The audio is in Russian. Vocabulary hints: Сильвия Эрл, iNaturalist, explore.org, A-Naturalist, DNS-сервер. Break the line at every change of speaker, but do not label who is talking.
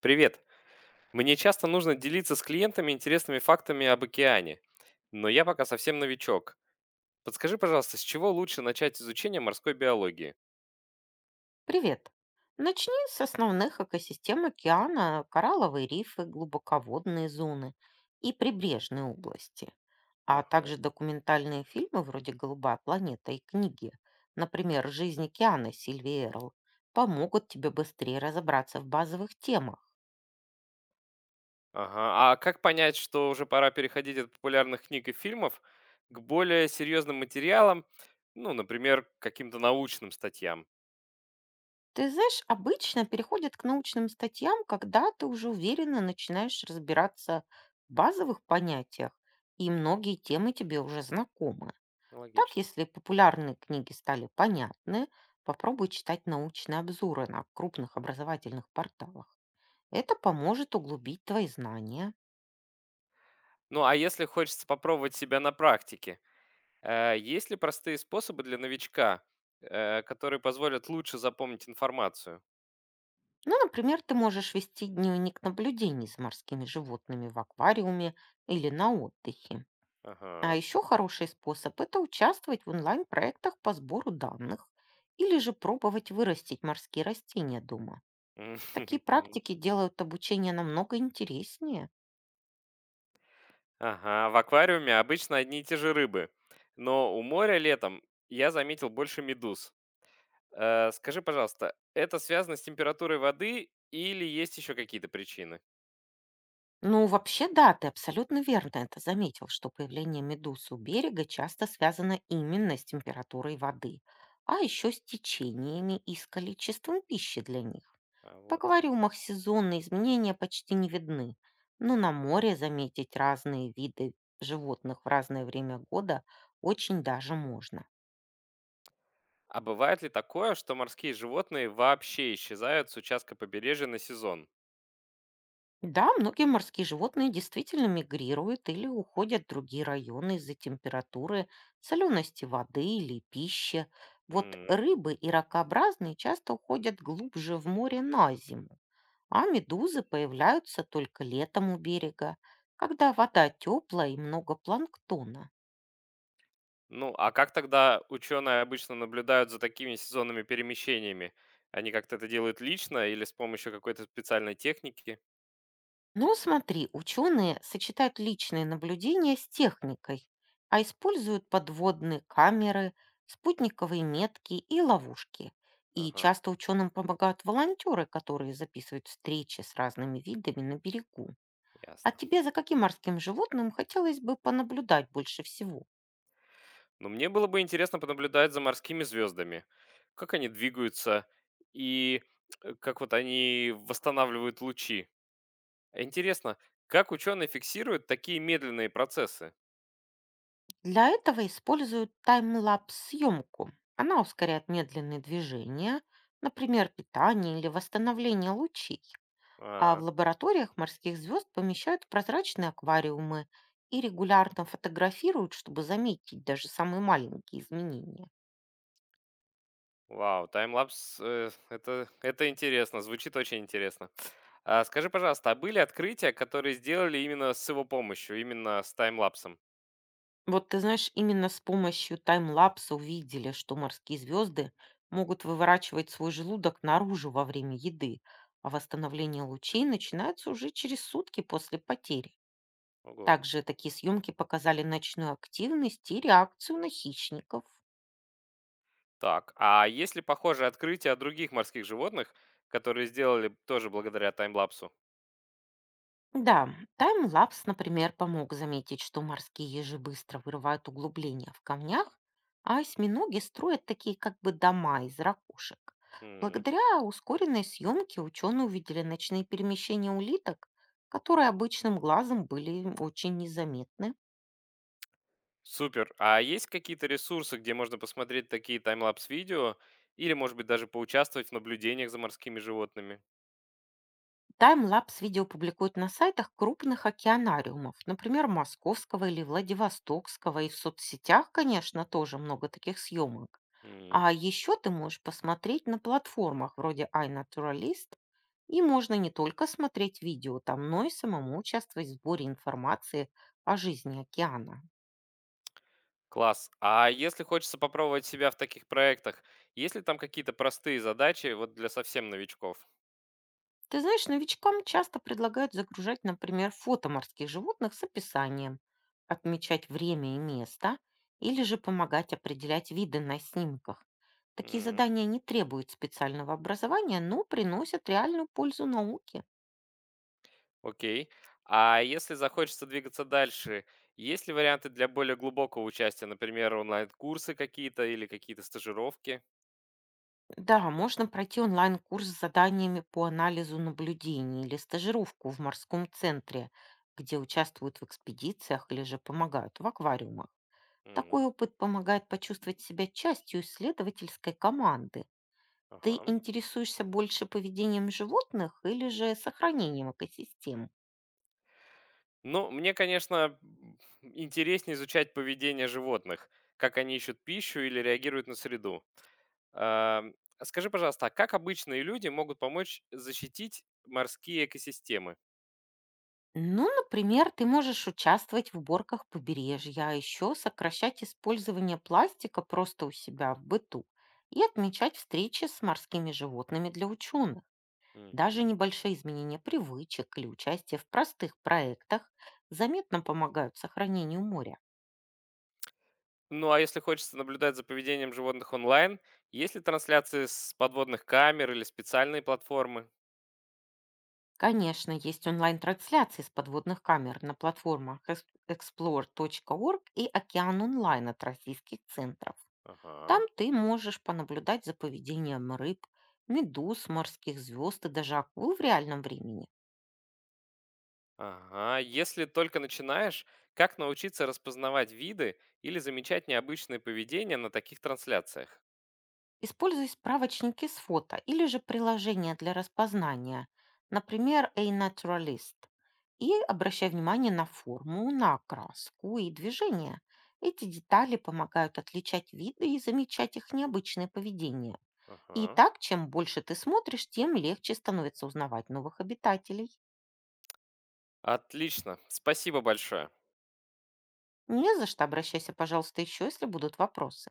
Привет. Мне часто нужно делиться с клиентами интересными фактами об океане, но я пока совсем новичок. Подскажи, пожалуйста, с чего лучше начать изучение морской биологии?
Привет. Начни с основных экосистем океана, коралловые рифы, глубоководные зоны и прибрежные области, а
Ага.
также документальные фильмы вроде «Голубая планета» и книги, например, «Жизнь океана» Сильвии Эрл, помогут тебе быстрее разобраться в базовых темах.
Ага. А как понять, что уже пора переходить от популярных книг и фильмов к более серьезным материалам, ну, например, к каким-то научным статьям?
Ты знаешь, обычно переходят к научным статьям, когда ты уже уверенно начинаешь разбираться в базовых понятиях, и многие темы тебе уже знакомы.
Ну,
Так,
логично.
если популярные книги стали понятны, попробуй читать научные обзоры на крупных образовательных порталах. Это поможет углубить твои знания.
Ну, а если хочется попробовать себя на практике, есть ли простые способы для новичка, которые позволят лучше запомнить информацию?
Ну, например, ты можешь вести дневник наблюдений за морскими животными в аквариуме или на отдыхе. А
Ага.
еще хороший способ — это участвовать в онлайн-проектах по сбору данных или же пробовать вырастить морские растения дома.
Мгм.
Такие практики делают обучение намного интереснее.
Ага, в аквариуме обычно одни и те же рыбы, но у моря летом я заметил больше медуз. Скажи, пожалуйста, это связано с температурой воды или есть еще какие-то причины?
Ну, вообще, да, ты абсолютно верно это заметил, что появление медуз у берега часто связано именно с температурой воды, а еще с течениями и с количеством пищи для них.
А,
В
вот.
аквариумах сезонные изменения почти не видны, но на море заметить разные виды животных в разное время года очень даже можно.
А бывает ли такое, что морские животные вообще исчезают с участка побережья на сезон?
Да, многие морские животные действительно мигрируют или уходят в другие районы из-за температуры, солености воды или пищи. Вот
М.
рыбы и ракообразные часто уходят глубже в море на зиму, а медузы появляются только летом у берега, когда вода теплая и много планктона.
Ну, а как тогда ученые обычно наблюдают за такими сезонными перемещениями? Они как-то это делают лично или с помощью какой-то специальной техники?
Ну, смотри, ученые сочетают личные наблюдения с техникой, а используют подводные камеры, спутниковые метки и ловушки. И
Ага,
часто ученым помогают волонтеры, которые записывают встречи с разными видами на берегу. А
ясно.
тебе за каким морским животным хотелось бы понаблюдать больше всего?
Но мне было бы интересно понаблюдать за морскими звездами, как они двигаются и как вот они восстанавливают лучи. А интересно, как ученые фиксируют такие медленные процессы?
Для этого используют таймлапс-съемку. Она ускоряет медленные движения, например, питание или восстановление лучей. А в
А,
лабораториях морских звезд помещают в прозрачные аквариумы и регулярно фотографируют, чтобы заметить даже самые маленькие изменения.
вау, таймлапс, это интересно, звучит очень интересно. А скажи, пожалуйста, а были открытия, которые сделали именно с его помощью, именно с таймлапсом?
Вот ты знаешь, именно с помощью таймлапса увидели, что морские звезды могут выворачивать свой желудок наружу во время еды, а восстановление лучей начинается уже через сутки после потери.
Ого.
Также такие съемки показали ночную активность и реакцию на хищников.
Так, а есть ли похожие открытия от других морских животных, которые сделали тоже благодаря таймлапсу?
Да, таймлапс, например, помог заметить, что морские ежи быстро вырывают углубления в камнях, а осьминоги строят такие как бы дома из ракушек. Благодаря ускоренной съемке ученые увидели ночные перемещения улиток, которые обычным глазом были очень незаметны.
Супер. А есть какие-то ресурсы, где можно посмотреть такие таймлапс-видео или, может быть, даже поучаствовать в наблюдениях за морскими животными?
Таймлапс видео публикуют на сайтах крупных океанариумов, например, Московского или Владивостокского, и в соцсетях, конечно, тоже много таких съемок.
М.
А еще ты можешь посмотреть на платформах вроде iNaturalist, и можно не только смотреть видео там, но и самому участвовать в сборе информации о жизни океана.
Класс. А если хочется попробовать себя в таких проектах, есть ли там какие-то простые задачи вот для совсем новичков?
Ты знаешь, новичкам часто предлагают загружать, например, фото морских животных с описанием, отмечать время и место или же помогать определять виды на снимках. Такие
М.
задания не требуют специального образования, но приносят реальную пользу науке.
Окей. А если захочется двигаться дальше, есть ли варианты для более глубокого участия, например, онлайн-курсы какие-то или какие-то стажировки?
Да, можно пройти онлайн-курс с заданиями по анализу наблюдений или стажировку в морском центре, где участвуют в экспедициях или же помогают в аквариумах.
М.
Такой опыт помогает почувствовать себя частью исследовательской команды. Ты
Ага.
интересуешься больше поведением животных или же сохранением экосистем?
Ну, мне, конечно, интереснее изучать поведение животных, как они ищут пищу или реагируют на среду. А, скажи, пожалуйста, а как обычные люди могут помочь защитить морские экосистемы?
Ну, например, ты можешь участвовать в уборках побережья, а еще сокращать использование пластика просто у себя в быту и отмечать встречи с морскими животными для ученых. Даже
Мгм.
небольшие изменения привычек или участие в простых проектах заметно помогают сохранению моря.
Ну, а если хочется наблюдать за поведением животных онлайн, есть ли трансляции с подводных камер или специальные платформы?
Конечно, есть онлайн-трансляции с подводных камер на платформах explore.org и «Океан онлайн» от российских центров.
Ага.
Там ты можешь понаблюдать за поведением рыб, медуз, морских звезд и даже акул в реальном времени.
Ага. Если только начинаешь, как научиться распознавать виды или замечать необычное поведение на таких трансляциях?
Используй справочники с фото или же приложения для распознания, например, A-Naturalist, и обращай внимание на форму, на краску и движение. Эти детали помогают отличать виды и замечать их необычное поведение. И
Ага.
так, чем больше ты смотришь, тем легче становится узнавать новых обитателей.
Отлично, спасибо большое.
Не за что, обращайся, пожалуйста, еще, если будут вопросы.